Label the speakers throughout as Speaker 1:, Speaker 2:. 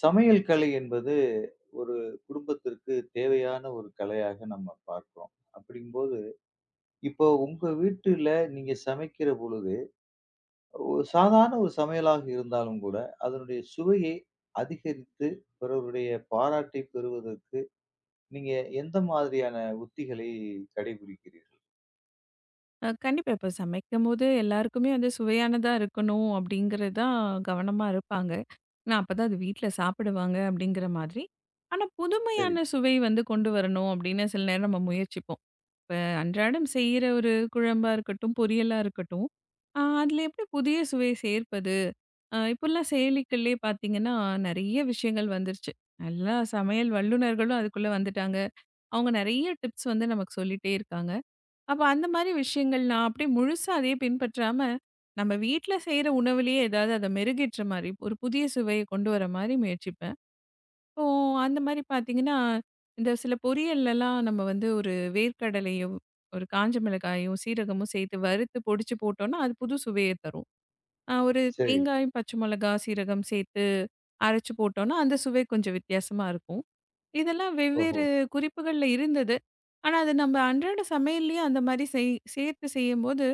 Speaker 1: சமையல் கலை என்பது ஒரு குடும்பத்திற்கு தேவையான ஒரு கலையாக நம்ம பார்க்கிறோம். அப்படிங்கும்போது, இப்போ உங்க வீட்டுல நீங்க சமைக்கிற பொழுது, ஒரு சாதாரண ஒரு சமையலாக இருந்தாலும் கூட, அதனுடைய சுவையை அதிகரித்து பிறருடைய பாராட்டை பெறுவதற்கு நீங்க எந்த மாதிரியான உத்திகளை கடைபிடிக்கிறீர்கள்?
Speaker 2: கண்டிப்பா. இப்ப சமைக்கும்போது எல்லாருக்குமே வந்து சுவையானதா இருக்கணும் அப்படிங்கிறது தான் கவனமா இருப்பாங்க. ஏன்னா அப்பதான் அது வீட்ல சாப்பிடுவாங்க அப்படிங்கிற மாதிரி. ஆனா
Speaker 1: சரி,
Speaker 2: புதுமையான சுவை வந்து கொண்டு வரணும் அப்படின்னு சில நேரம் நம்ம முயற்சிப்போம். இப்ப அன்றாடம் செய்யிற ஒரு குழம்பா இருக்கட்டும், பொரியலா இருக்கட்டும். அதில எப்படி புதிய சுவை சேர்ப்பது? இப்போலாம் செயலிகள்லயே பார்த்தீங்கன்னா, நெறைய விஷயங்கள் வந்துருச்சு. எல்லா சமையல் வல்லுநர்களும் அதுக்குள்ள வந்துட்டாங்க. அவங்க நெறைய டிப்ஸ் வந்து நமக்கு சொல்லிட்டே இருக்காங்க. அப்ப அந்த மாரி விஷயங்கள் நான் அப்படியே முழுசா அதையே பின்பற்றாம, நம்ம வீட்ல செய்ற உணவுலயே ஏதாவது அத மெருகேற்ற மாரி, ஒரு புதிய சுவைய கொண்டு வர மாரி முயற்சிப்பேன். இப்போ அந்த மாரி பார்த்தீங்கன்னா, இந்த சில பொரியல்லலாம் நம்ம வந்து ஒரு வேர்க்கடலையும், ஒரு காஞ்ச மிளகாயும், சீரகமும் சேர்த்து வறுத்து பொடிச்சு போட்டோம்னா, அது புது சுவைய தரும். ஒரு
Speaker 1: சரி.
Speaker 2: தேங்காய், பச்சை மிளகா, சீரகம் சேர்த்து அரைச்சு போட்டோம்னா, அந்த சுவை கொஞ்சம் வித்தியாசமா இருக்கும். இதெல்லாம்
Speaker 1: ஓஹோ!
Speaker 2: வெவ்வேறு குறிப்புகள்ல இருந்தது. ஆனா, அது நம்ம அன்றாட சமையல்லயே அந்த மாரி சேர்த்து செய்யும்போது,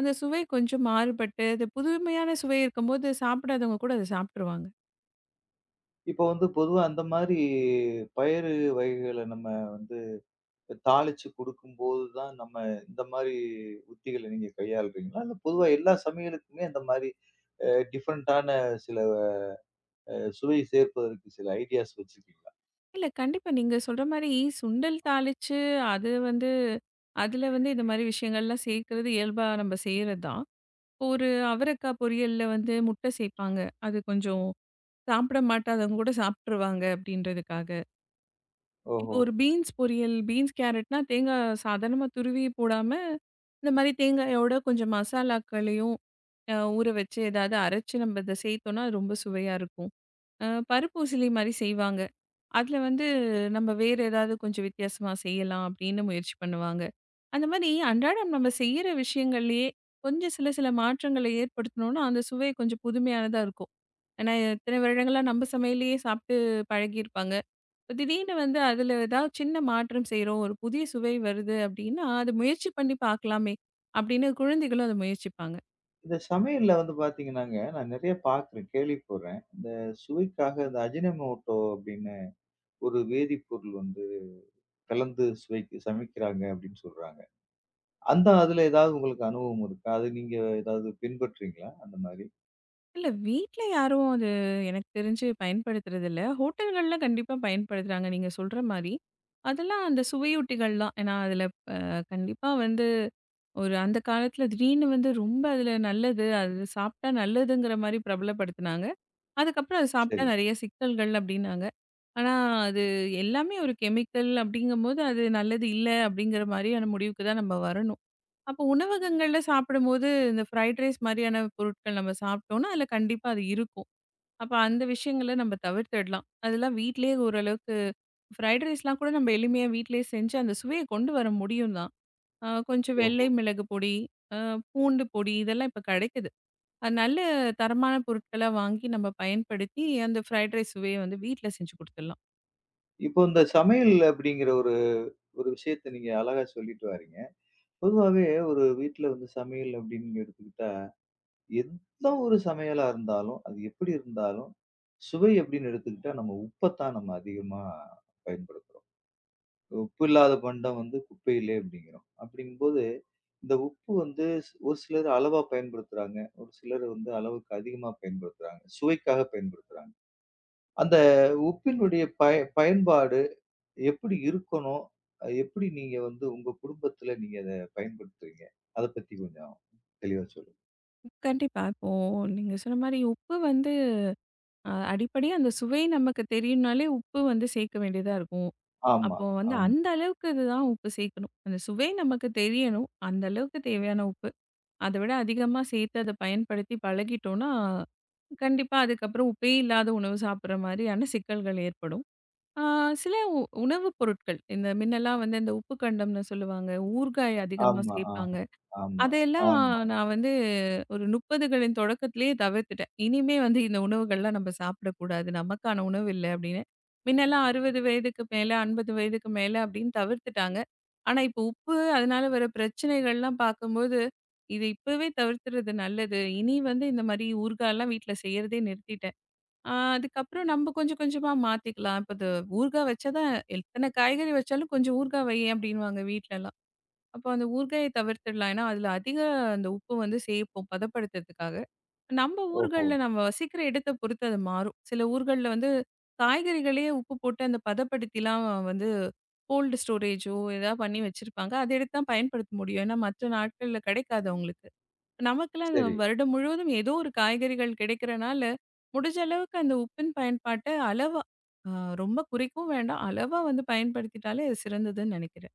Speaker 2: அந்த சுவை கொஞ்சம் மாறுபட்டு, அது புதுமையான சுவை இருக்கும்போது சாப்பிடாதவங்க கூட அத சாப்பிட்டுருவாங்க.
Speaker 1: இப்போ வந்து பொதுவா அந்த மாரி பயறு வகைகள நம்ம வந்து தாளிச்சு குடுக்கும்போது தான் நம்ம இந்த மாரி உத்திகள நீங்க கையாளுறீங்களா? இல்ல பொதுவா எல்லா சமையலுக்குமே அந்த மாரி டிஃபரண்டான சில சுவை சேர்ப்பதற்கு சில ஐடியாஸ் வச்சிருக்கீங்களா?
Speaker 2: இல்ல கண்டிப்பா நீங்க சொல்ற மாரி சுண்டல் தாளிச்சு, அது வந்து அதில வந்து இந்த மாரி விஷயங்கள்லாம் சேர்க்கிறது இயல்பா நம்ம செய்றது தான். ஒரு அவரக்காய் பொரியல்ல வந்து முட்டை சேர்ப்பாங்க. அது கொஞ்சம் சாப்பிட மாட்டாதவங்க கூட சாப்பிட்டுருவாங்க அப்படின்றதுக்காக. இப்போ
Speaker 1: ஓஹோ!
Speaker 2: ஒரு பீன்ஸ் பொரியல், பீன்ஸ் கேரட்னா தேங்காய் சாதாரணமா துருவி போடாம, இந்த மாரி தேங்காயோட கொஞ்சம் மசாலாக்களையும் ஊற வச்சு ஏதாவது அரைச்சு நம்ம இத சேர்த்தோம்னா, அது ரொம்ப சுவையா இருக்கும். பருப்பூசிலி மாரி செய்வாங்க. அதில வந்து நம்ம வேற ஏதாவது கொஞ்சம் வித்தியாசமா செய்யலாம் அப்படின்னு முயற்சி பண்ணுவாங்க. அந்த மாரி அன்றாடம் நம்ம செய்யிற விஷயங்கள்லயே கொஞ்சம் சில சில மாற்றங்களை ஏற்படுத்தணும்னா, அந்த சுவை கொஞ்சம் புதுமையானதா இருக்கும். ஏன்னா, இத்தனை வருடங்களா நம்ம சமையலையே சாப்பிட்டு பழகியிருப்பாங்க. இப்ப திடீர்னு வந்து அதில ஏதாவது சின்ன மாற்றம் செய்றோம், ஒரு புதிய சுவை வருது அப்டின்னா, அது முயற்சி பண்ணி பார்க்கலாமே! அப்படின்னு குழந்தைகளும் அத முயற்சிப்பாங்க.
Speaker 1: இந்த சமையல்ல வந்து பார்த்தீங்கன்னாங்க, நான் நெறைய பார்க்குறேன், கேள்விப்படுறேன். இந்த சுவைக்காக இந்த அஜினோமோட்டோ அப்படின்னு ஒரு வேதிப்பொருள் வந்து கலந்து சுவைக்கு சமைக்கிறாங்க அப்படின்னு சொல்றாங்க. அந்த அதுல ஏதாவது உங்களுக்கு அனுபவம் இருக்கா? அது நீங்க ஏதாவது பின்பற்றீங்களா? அந்த மாரி?
Speaker 2: இல்ல வீட்ல யாரும் அது எனக்கு தெரிஞ்சு பயன்படுத்துறதில்ல. ஹோட்டல்கள்ல கண்டிப்பா பயன்படுத்துறாங்க நீங்க சொல்ற மாரி. அதெல்லாம் அந்த சுவையூட்டிகள் தான். ஏன்னா அதில அ கண்டிப்பா வந்து ஒரு அந்த காலத்தில திடீர்னு வந்து ரொம்ப அதில நல்லது, அது சாப்பிட்டா நல்லதுங்கிற மாரி பிரபலப்படுத்துனாங்க. அதுக்கப்புறம் அது சாப்பிட்டா
Speaker 1: சரி.
Speaker 2: நெறைய சிக்கல்கள் அப்டின்னாங்க. ஆனா, அது எல்லாமே ஒரு கெமிக்கல் அப்டிங்கும்போது, அது நல்லது இல்ல அப்டிங்கிற மாரியான முடிவுக்கு தான் நம்ம வரணும். அப்போ உணவகங்கள்ல சாப்பிடும்போது, இந்த ஃப்ரைட் ரைஸ் மாரியான பொருட்கள் நம்ம சாப்பிட்டோம்னா, அதில கண்டிப்பா அது இருக்கும். அப்ப அந்த விஷயங்கள நம்ம தவிர்த்துடலாம். அதெல்லாம் வீட்லயே ஓரளவுக்கு ஃப்ரைட் ரைஸ்லாம் கூட நம்ம எளிமையா வீட்லயே செஞ்சு அந்த சுவைய கொண்டு வர முடியும் தான். கொஞ்சம்
Speaker 1: ஓஹோ!
Speaker 2: வெள்ளை மிளகு பொடி, அ பூண்டு பொடி இதெல்லாம் இப்ப கெடைக்குது. அது நல்ல தரமான பொருட்களா வாங்கி நம்ம பயன்படுத்தி, அந்த ஃப்ரைட் ரைஸ் சுவைய வந்து வீட்ல செஞ்சு குடுத்துடலாம்.
Speaker 1: இப்போ இந்த சமையல் அப்படிங்கிற ஒரு ஒரு விஷயத்த நீங்க அழகா சொல்லிட்டு வாரீங்க. பொதுவாவே ஒரு வீட்ல வந்து சமையல் அப்படின்னு எடுத்துக்கிட்டா, எந்த ஒரு சமையலா இருந்தாலும், அது எப்படி இருந்தாலும், சுவை அப்படின்னு எடுத்துக்கிட்டா நம்ம உப்பத்தான் நம்ம அதிகமா பயன்படுத்துறோம். உப்பு இல்லாத பண்டம் வந்து குப்பையிலே அப்படிங்கிறோம். அப்படிங்கும்போது, இந்த உப்பு வந்து ஒரு சிலர் அளவா பயன்படுத்துறாங்க. ஒரு சிலர் வந்து அளவுக்கு அதிகமா பயன்படுத்துறாங்க. சுவைக்காக பயன்படுத்துறாங்க. அந்த உப்பினுடைய பயன்பாடு எப்படி இருக்கணும்? எப்படி நீங்க வந்து உங்க குடும்பத்துல நீங்க அத பயன்படுத்துறீங்க? அத பத்தி கொஞ்சம் தெளிவா சொல்லுங்க.
Speaker 2: கண்டிப்பா. இப்போ நீங்க சொன்ன மாரி உப்பு வந்து அடிப்படை அந்த சுவை நமக்கு தெரியும்னாலே உப்பு வந்து சேர்க்க வேண்டியதா இருக்கும்.
Speaker 1: ஆமா,
Speaker 2: அப்போ வந்து
Speaker 1: ஆமா,
Speaker 2: அந்த அளவுக்கு இதுதான் உப்பு சேர்க்கணும். அந்த சுவை நமக்கு தெரியணும். அந்த அளவுக்கு தேவையான உப்பு. அத விட அதிகமா சேர்த்து அத பயன்படுத்தி பழகிட்டோம்னா, கண்டிப்பா அதுக்கப்புறம் உப்பே இல்லாத உணவு சாப்பிடுற மாரியான சிக்கல்கள் ஏற்படும். ஆ, சில உணவுப் பொருட்கள். இந்த மின்னலாம் வந்து இந்த உப்பு கண்டம்னு சொல்லுவாங்க. ஊறுகாய் அதிகமா
Speaker 1: ஆமா,
Speaker 2: சேர்ப்பாங்க.
Speaker 1: ஆஹா, ஆமா,
Speaker 2: அதையெல்லாம்
Speaker 1: ஆமா.
Speaker 2: நான் வந்து ஒரு 30களின் தொடக்கத்திலேயே தவிர்த்துட்டேன். இனிமே வந்து இந்த உணவுகள்லாம் நம்ம சாப்பிடக்கூடாது. நமக்கான உணவு இல்ல அப்படின்னு. மின்னலாம் 60 வயதுக்கு மேல, 50 வயதுக்கு மேல அப்படின்னு தவிர்த்துட்டாங்க. ஆனா இப்போ உப்பு அதனால வர பிரச்சனைகள்லாம் பார்க்கும்போது, இது இப்பவே தவிர்த்துறது நல்லது. இனி வந்து இந்த மாரி ஊறுகாய்லாம் வீட்ல செய்யறதே நிறுத்திட்டேன். ஆ அதுக்கப்புறம் நம்ப கொஞ்சம் கொஞ்சமா மாத்திக்கலாம். இப்ப அது ஊறுகாய் வச்சா தான் எத்தன காய்கறி வச்சாலும் கொஞ்சம் ஊறுகாய் வையேன் அப்டின்னுவாங்க வீட்லலாம். அப்போ அந்த ஊறுகாய தவிர்த்துடலாம். ஏன்னா, அதில அதிக அந்த உப்பு வந்து சேர்ப்போம் பதப்படுத்துறதுக்காக. நம்ம
Speaker 1: ஓஹோ!
Speaker 2: ஊர்கள்ல நம்ம வசிக்கிற இடத்த பொறுத்து அது மாறும். சில ஊர்கள்ல வந்து காய்கறிகளையே உப்பு போட்டு அந்த பதப்படுத்திலாம் வந்து கோல்டு ஸ்டோரேஜோ ஏதாவது பண்ணி வச்சிருப்பாங்க. அத எடுத்து தான் பயன்படுத்த முடியும். ஏன்னா, மற்ற நாட்கள்ல கிடைக்காது அவங்களுக்கு. நமக்கெல்லாம் அது
Speaker 1: சரி.
Speaker 2: வருடம் முழுவதும் ஏதோ ஒரு காய்கறிகள் கிடைக்கிறனால, முடிஞ்ச அளவுக்கு அந்த உப்பின் பயன்பாட்ட அளவா, அ ரொம்ப குறைக்கவும் வேண்டாம். அளவா வந்து பயன்படுத்திட்டாலே அது சிறந்ததுன்னு நெனைக்கிறேன்.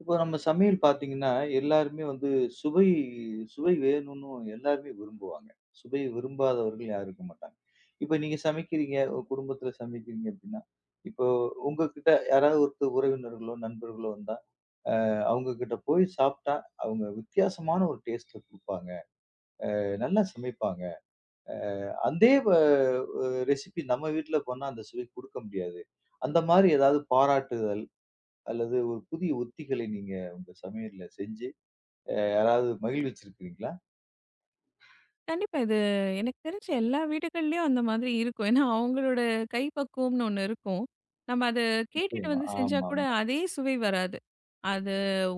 Speaker 1: இப்போ நம்ம சமையல் பார்த்தீங்கன்னா, எல்லாருமே வந்து சுவை சுவை வேணும்னு எல்லாருமே விரும்புவாங்க. சுவை விரும்பாதவர்கள் யாரும் இருக்க மாட்டாங்க. இப்ப நீங்க சமைக்கிறீங்க, உங்க குடும்பத்துல சமைக்கிறீங்க அப்படின்னா, இப்போ உங்ககிட்ட யாராவது ஒருத்தர் உறவினர்களோ, நண்பர்களோ வந்தா அவங்ககிட்ட போய் சாப்பிட்டா, அவங்க வித்தியாசமான ஒரு டேஸ்ட்ல குடுப்பாங்க. நல்லா சமைப்பாங்க. அதே வ அ ரெசிபி நம்ம வீட்ல பண்ணா அந்த சுவை குடுக்க முடியாது. அந்த மாரி ஏதாவது பாராட்டுதல், அல்லது ஒரு புதிய உத்திகளை நீங்க உங்க சமையல்ல செஞ்சு, யாராவது மகிழ்விச்சிருக்கிறீங்களா?
Speaker 2: கண்டிப்பா. இது எனக்கு தெரிஞ்சு எல்லா வீடுகள்லயும் அந்த மாதிரி இருக்கும். ஏன்னா, அவங்களோட கைப்பக்குவம்னு ஒண்ணு இருக்கும். நம்ம அத கேட்டுட்டு
Speaker 1: நிச்சயமா.
Speaker 2: வந்து செஞ்சா
Speaker 1: ஆமாமா.
Speaker 2: கூட
Speaker 1: ஆமா.
Speaker 2: அதே சுவை வராது. அது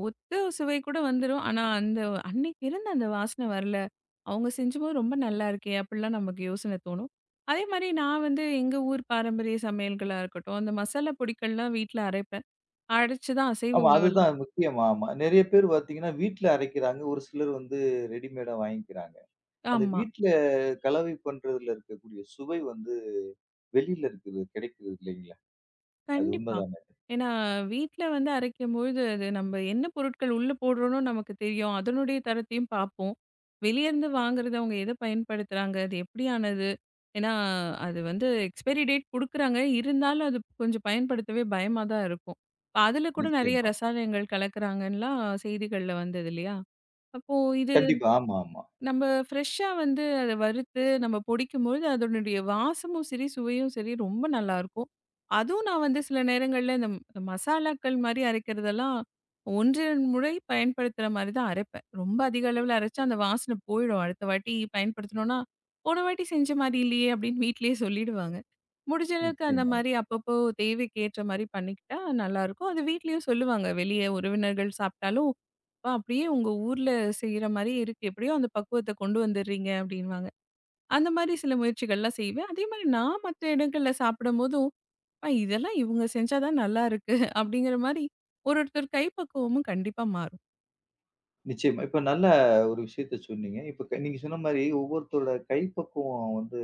Speaker 2: ஒத்த சுவை கூட வந்துரும். ஆனா, அந்த அன்னைக்கு இருந்த அந்த வாசனை வரல. அவங்க செஞ்சும்போது ரொம்ப நல்லா இருக்கே! அப்பிடிலாம் நமக்கு யோசனை தோணும். அதேமாரி நான் வந்து எங்க ஊர் பாரம்பரிய சமையல்களா இருக்கட்டும், அந்த மசாலா பொடிகள்லாம் வீட்ல அரைப்பேன். அரைச்சு தான் அசைவ
Speaker 1: ஆமா
Speaker 2: உணவெல்லாம்
Speaker 1: அதுதான் முக்கியம். ஆமா. நெறைய பேர் பார்த்தீங்கன்னா, வீட்ல அரைக்கிறாங்க. ஒரு சிலர் வந்து ரெடிமேடா வாங்கிக்கிறாங்க. அந்த
Speaker 2: ஆமா.
Speaker 1: வீட்ல கலவை பண்றதுல இருக்கக்கூடிய சுவை வந்து வெளியில இருக்கிறது கிடைக்கிறது இல்லைங்களா? அது உண்ம
Speaker 2: கண்டிப்பா.
Speaker 1: தானே?
Speaker 2: ஏன்னா வீட்ல வந்து அரைக்கும்பொழுது, அது நம்ம என்ன பொருட்கள் உள்ள போடுறோம்னு நமக்கு தெரியும். அதனுடைய தரத்தையும் பார்ப்போம். வெளிய இருந்து வாங்குறது அவங்க எத பயன்படுத்துறாங்க? அது எப்படியானது? ஏன்னா அது வந்து எக்ஸ்பைரி டேட் குடுக்குறாங்க. இருந்தாலும் அது கொஞ்சம் பயன்படுத்தவே பயமா தான் இருக்கும். இப்ப அதுல கூட நெறைய
Speaker 1: நிச்சயமா.
Speaker 2: ரசாயனங்கள் கலக்குறாங்கன்லாம் செய்திகள்ல வந்தது இல்லையா? அப்போ இது
Speaker 1: கண்டிப்பா. ஆமா, ஆமா.
Speaker 2: நம்ம ஃப்ரெஷ்ஷா வந்து அத வறுத்து நம்ம பொடிக்கும்பொழுது, அதனுடைய வாசமும் சரி, சுவையும் சரி ரொம்ப நல்லாருக்கும். அதுவும் நான் வந்து சில நேரங்கள்ல இந்த மசாலாக்கள் மாரி அரைக்கிறதெல்லாம் 1, 2 முறை பயன்படுத்துற மாரி தான் அரைப்பேன். ரொம்ப அதிக அளவுல அரைச்சா அந்த வாசனை போயிடும். அடுத்த வாட்டி பயன்படுத்தணும்னா, "போன வாட்டி செஞ்ச மாரி இல்லையே" அப்படின்னு வீட்லயே சொல்லிடுவாங்க. முடிஞ்ச அளவுக்கு அந்த
Speaker 1: நிச்சயமா,
Speaker 2: மாரி அப்பப்போ தேவைக்கு ஏற்ற மாரி பண்ணிக்கிட்டா நல்லாருக்கும். அது வீட்லயும் சொல்லுவாங்க. வெளிய உறவினர்கள் சாப்பிட்டாலும் "ஆ அப்படியே உங்க ஊர்ல செய்ற மாரியே இருக்கு. எப்படியோ அந்த பக்குவத்த கொண்டு வந்துடுறீங்க" அப்படின்னுவாங்க. அந்த மாரி சில முயற்சிகள்லாம் செய்வேன். அதே மாரி நான் மத்த இடங்கள்ல சாப்பிடும்போதும், "அ இதெல்லாம் இவங்க செஞ்சா தான் நல்லா இருக்கு" அப்படிங்கிற மாரி ஒரு ஒருத்தர் கைப்பக்குவமும் கண்டிப்பா மாறும்.
Speaker 1: நிச்சயமா. இப்ப நல்ல ஒரு விஷயத்த சொன்னீங்க. இப்ப நீங்க சொன்ன மாரி ஒவ்வொருத்தரோட கைப்பக்குவம் வந்து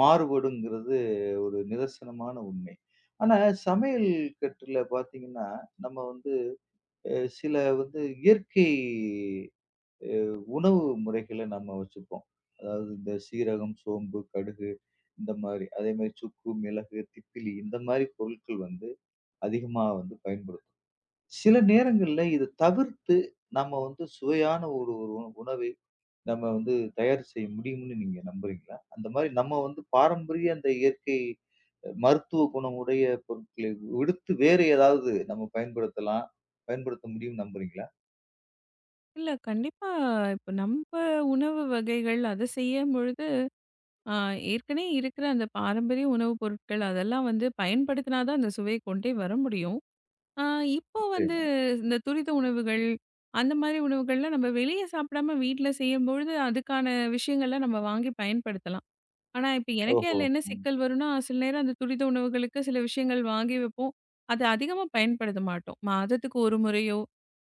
Speaker 1: மாறுபடுங்கிறது ஒரு நிதர்சனமான உண்மை. ஆனா சமையல் கட்டுல பார்த்தீங்கன்னா, நம்ம வந்து சில வந்து இயற்கை உணவு முறைகள நம்ம வச்சுப்போம். அதாவது இந்த சீரகம், சோம்பு, கடுகு இந்த மாரி. அதே மாரி சுக்கு, மிளகு, திப்பிலி இந்த மாரி பொருட்கள் வந்து அதிகமா வந்து பயன்படுத்தும். சில நேரங்கள்ல இத தவிர்த்து, நம்ம வந்து சுவையான ஒரு ஒரு உண- உணவை நம்ம வந்து தயார் செய்ய முடியும்னு நீங்க நம்புறீங்களா? அந்த மாரி நம்ம வந்து பாரம்பரிய அந்த இயற்கை மருத்துவ குணமுடைய பொருட்களை விடுத்து வேறு ஏதாவது நம்ம பயன்படுத்தலாம், பயன்படுத்த முடியும்னு நம்புறீங்களா?
Speaker 2: இல்ல கண்டிப்பா இப்ப நம்ப உணவு வகைகள் அத செய்யும்பொழுது, அ ஏற்கனவே இருக்கிற அந்த பாரம்பரிய உணவுப் பொருட்கள் அதெல்லாம் வந்து பயன்படுத்தினா தான் அந்த சுவைய கொண்டே வர முடியும். ஆ, இப்போ வந்து
Speaker 1: நிச்சயமா.
Speaker 2: இந்த துரித உணவுகள், அந்த மாரி உணவுகள்லாம் நம்ம வெளிய சாப்பிடாம வீட்ல செய்யும்பொழுது, அதுக்கான விஷயங்கள்லாம் நம்ம வாங்கி பயன்படுத்தலாம். ஆனா, இப்ப எனக்கே
Speaker 1: ஓஹோ!
Speaker 2: அதுல என்ன
Speaker 1: ம்.
Speaker 2: சிக்கல் வரும்னா, சில நேரம் அந்த துரித உணவுகளுக்கு சில விஷயங்கள் வாங்கி வைப்போம். அத அதிகமா பயன்படுத்த மாட்டோம். மாதத்துக்கு 1 முறையோ,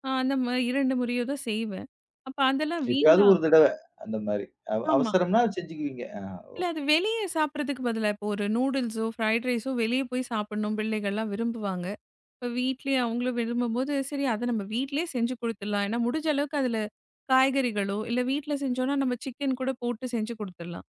Speaker 2: அந்த 2 முறையோ தான் செய்வேன். அப்ப அதெல்லாம்
Speaker 1: எப்பயாவது ஒரு
Speaker 2: வீணாக்
Speaker 1: தடவ அந்த மாரி.
Speaker 2: ஆமா.
Speaker 1: அவசரம்னா செஞ்சுக்குவீங்க. ஆ
Speaker 2: இல்ல
Speaker 1: ஓகே.
Speaker 2: அது வெளிய சாப்பிடுறதுக்கு பதிலா, இப்போ ஒரு நூடுல்ஸோ, ஃப்ரைட் ரைஸோ வெளிய போய் சாப்பிடணும் பிள்ளைகள்லாம் விரும்புவாங்க. இப்ப வீட்லயே அவங்களும் விரும்பும்போது, சரி அத நம்ம வீட்லயே செஞ்சு குடுத்துடலாம். ஏன்னா முடிஞ்ச அளவுக்கு அதுல காய்கறிகளோ, இல்ல வீட்ல செஞ்சோம்னா நம்ம சிக்கன் கூட போட்டு செஞ்சு குடுத்துடலாம்.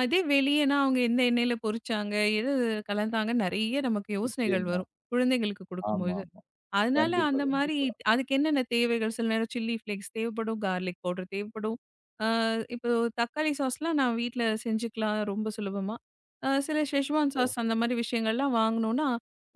Speaker 2: அதே வெளியனா அவங்க எந்த எண்ணெயில பொரிச்சாங்க, எது கலந்தாங்க நெறைய நமக்கு யோசனைகள்
Speaker 1: நிச்சயமா.
Speaker 2: வரும். குழந்தைகளுக்கு குடுக்கும்போது.
Speaker 1: ஆமாமா.
Speaker 2: அதனால
Speaker 1: கண்டிப்பா,
Speaker 2: அந்த மாரி
Speaker 1: கண்டிப்பா.
Speaker 2: அதுக்கு என்னென்ன தேவைகள், சில நேரம் சில்லி ஃப்ளேக்ஸ் தேவைப்படும், கார்லிக் பவுடர் தேவைப்படும். ஆ இப்போ தக்காளி சாஸ்லாம் நான் வீட்ல செஞ்சுக்கலாம் ரொம்ப சுலபமா. சில ஷெஸ்வான் சாஸ்
Speaker 1: ஓஹோ!
Speaker 2: அந்த மாரி விஷயங்கள்லாம் வாங்குனோம்னா,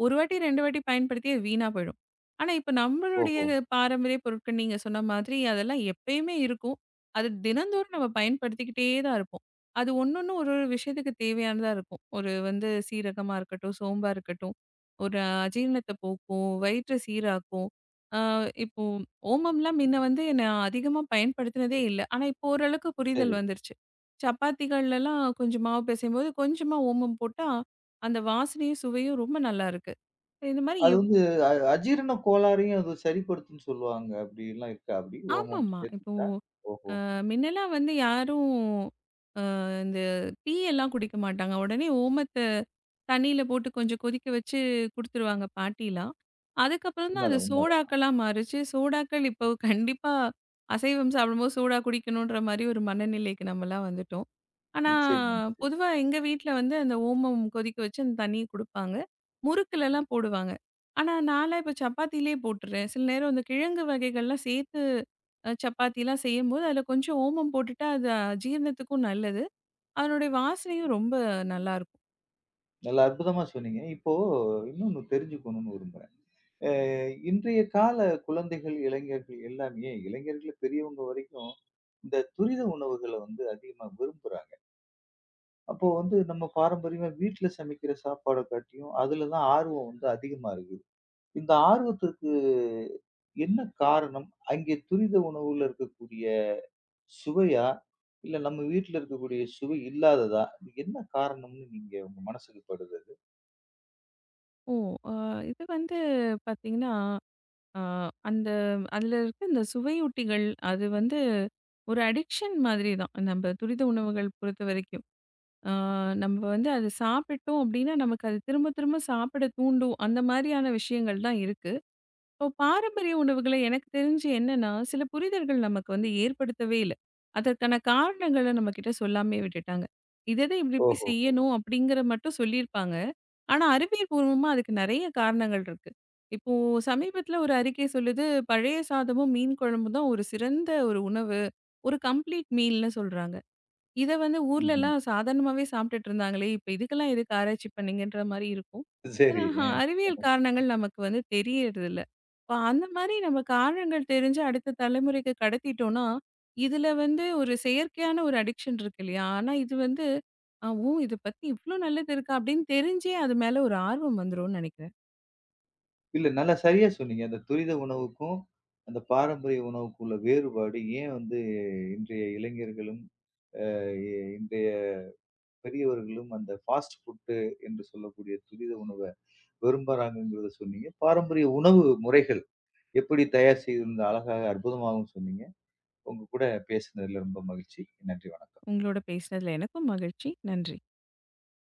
Speaker 2: 1 வாட்டி 2 வாட்டி பயன்படுத்தி அது வீணா போயிடும். ஆனா, இப்ப நம்மளுடைய
Speaker 1: ஓஹோ!
Speaker 2: பாரம்பரிய பொருட்கள் நீங்க சொன்ன மாதிரி அதெல்லாம் எப்பயுமே இருக்கும். அது தினந்தோறும் நம்ம பயன்படுத்திக்கிட்டே தான் இருப்போம். அது ஒண்ணொண்ணும் ஒரு ஒரு விஷயத்துக்கு தேவையானதா இருக்கும். ஒரு வந்து சீரகமா இருக்கட்டும், சோம்பா இருக்கட்டும். ஒரு அஜீரணத்த போக்கும், வயிற்ற சீராக்கும். ஆ இப்போ ஓமம்லாம் முன்ன வந்து நான் அதிகமா பயன்படுத்தினதே இல்ல. ஆனா இப்போ ஓரளவுக்கு
Speaker 1: சரி.
Speaker 2: புரிதல் வந்துருச்சு. சப்பாத்திகள்லலாம் கொஞ்சம் மாவு பிசையும்போது கொஞ்சமா ஓமம் போட்டா, அந்த வாசனையும், சுவையும் ரொம்ப நல்லாருக்கு. இந்த மாரி
Speaker 1: அது
Speaker 2: எவ்
Speaker 1: வந்து அ அஜீரண கோளாறையும் அது சரிப்படுத்தும்ன்னு சொல்லுவாங்க. அப்படிலாம் இருக்கா அப்படி? ஓமம்
Speaker 2: ஆமாமா. இப்போ
Speaker 1: சேர்த்துக்கிட்டா? ஓஹோ!
Speaker 2: அ முன்னலாம் வந்து யாரும் அ இந்த டீ எல்லாம் குடிக்க மாட்டாங்க. உடனே ஓமத்த தண்ணீல போட்டு கொஞ்சம் கொதிக்க வச்சு குடுத்துருவாங்க பாட்டிலாம். அதுக்கப்புறம் தான் அது
Speaker 1: உண்மதான், உண்மதான்.
Speaker 2: சோடாக்களா மாறுச்சு. சோடாக்கள் இப்போ கண்டிப்பா அசைவம் சாப்பிடும்போது சோடா குடிக்கணுன்ற மாரி ஒரு மனநிலைக்கு நம்மலாம் வந்துட்டோம். ஆனா,
Speaker 1: நிச்சயமா, நிச்சயமா.
Speaker 2: பொதுவா எங்க வீட்ல வந்து அந்த ஓமம் கொதிக்க வச்சு அந்த தண்ணிய குடுப்பாங்க. முறுக்குலலாம் போடுவாங்க. ஆனா, நான்லாம் இப்போ சப்பாத்திலே போட்டுறேன். சில நேரம் இந்த கிழங்கு வகைகள்லாம் சேர்த்து சப்பாத்திலாம் செய்யும்போது அதில கொஞ்சம் ஓமம் போட்டுட்டா, அது ஜீரணத்துக்கும் நல்லது. அதனுடைய வாசனையும் ரொம்ப நல்லாயிருக்கும்.
Speaker 1: நல்லா அற்புதமா சொன்னீங்க. இப்போ இன்னொன்னு தெரிஞ்சுக்கணும்னு விரும்புறேன். அ இன்றைய கால குழந்தைகள், இளைஞர்கள் எல்லாமே இளைஞர்கள் பெரியவங்க வரைக்கும் இந்த துரித உணவுகள வந்து அதிகமா விரும்புறாங்க. அப்போ வந்து நம்ம பாரம்பரியமா வீட்ல சமைக்கிற சாப்பாட காட்டியும், அதுல தான் ஆர்வம் வந்து அதிகமா இருக்கு. இந்த ஆர்வத்திற்கு என்ன காரணம்? அங்கே துரித உணவுல இருக்கக்கூடிய சுவையா? இல்ல நம்ம வீட்ல இருக்கக்கூடிய சுவை இல்லாததா? இது என்ன காரணம்னு நீங்க உங்க மனசுக்கு படுது அது?
Speaker 2: ஓ! அ இது வந்து பார்த்தீங்கன்னா, அ அந்த அதில இருக்க இந்த சுவையூட்டிகள், அது வந்து ஒரு அடிக்ஷன் மாதிரி தான். நம்ப துரித உணவுகள் பொறுத்தவரைக்கும். அ நம்ப வந்து அது சாப்பிட்டோம் அப்டின்னா, நமக்கு அது திரும்ப திரும்ப சாப்பிட தூண்டும். அந்த மாரியான விஷயங்கள் தான் இருக்கு. இப்போ பாரம்பரிய உணவுகள எனக்கு தெரிஞ்சு என்னன்னா, சில புரிதல்கள் நமக்கு வந்து ஏற்படுத்தவே இல்ல. அதற்கான காரணங்கள நம்மகிட்ட சொல்லாமயே விட்டுட்டாங்க. இத இத இப்டி இப்டி
Speaker 1: ஓஹோஹோ!
Speaker 2: செய்யணும் அப்டிங்கிற மட்டும் சொல்லியிருப்பாங்க. ஆனா அறிவியல்பூர்வமா அதுக்கு நெறைய காரணங்கள் இருக்கு. இப்போ சமீபத்தில ஒரு அறிக்கை சொல்லுது, பழைய சாதமும், மீன் குழம்பும் தான் ஒரு சிறந்த ஒரு உணவு. ஒரு கம்ப்ளீட் மீல்னு சொல்றாங்க. இத வந்து
Speaker 1: ம்ஹ்ம்.
Speaker 2: ஊர்லலாம் சாதாரணமாவே சாப்பிட்டுட்டு இருந்தாங்களே! இப்ப இதுக்கெல்லாம் எதுக்கு ஆராய்ச்சி பண்ணீங்கன்ற மாரி இருக்கும். ஏன்னா,
Speaker 1: சரி. அ.
Speaker 2: அறிவியல் காரணங்கள் நமக்கு வந்து தெரியறதில்ல. இப்ப அந்த மாரி நம்ம காரணங்கள் தெரிஞ்சு அடுத்த தலைமுறைக்கு கடத்திட்டோம்னா, இதுல வந்து ஒரு செயற்கையான ஒரு அடிக்ஷன் இருக்கு இல்லையா? ஆனா இது வந்து ஓ! இத பத்தி இவ்ளோ நல்லது இருக்கா? அப்படின்னு தெரிஞ்சே அது மேல ஒரு ஆர்வம் வந்துரும்னு நெனைக்கிறேன்.
Speaker 1: இல்ல நல்லா சரியா சொன்னீங்க. அந்த துரித உணவுக்கும், அந்த பாரம்பரிய உணவுக்கும் உள்ள வேறுபாடு ஏன் வந்து இன்றைய இளைஞர்களும், அ இன்றைய பெரியவர்களும் அந்த ஃபாஸ்ட் ஃபுட் என்று சொல்லக்கூடிய துரித உணவ விரும்புறாங்கங்கிறத சொன்னீங்க. பாரம்பரிய உணவு முறைகள் எப்படி தயார் செய்திருந்த அழகாக, அற்புதமாகவும் சொன்னீங்க. உங்க கூட பேசினதுல ரொம்ப மகிழ்ச்சி. நன்றி, வணக்கம்.
Speaker 2: உங்களோட பேசினதுல எனக்கும் மகிழ்ச்சி. நன்றி.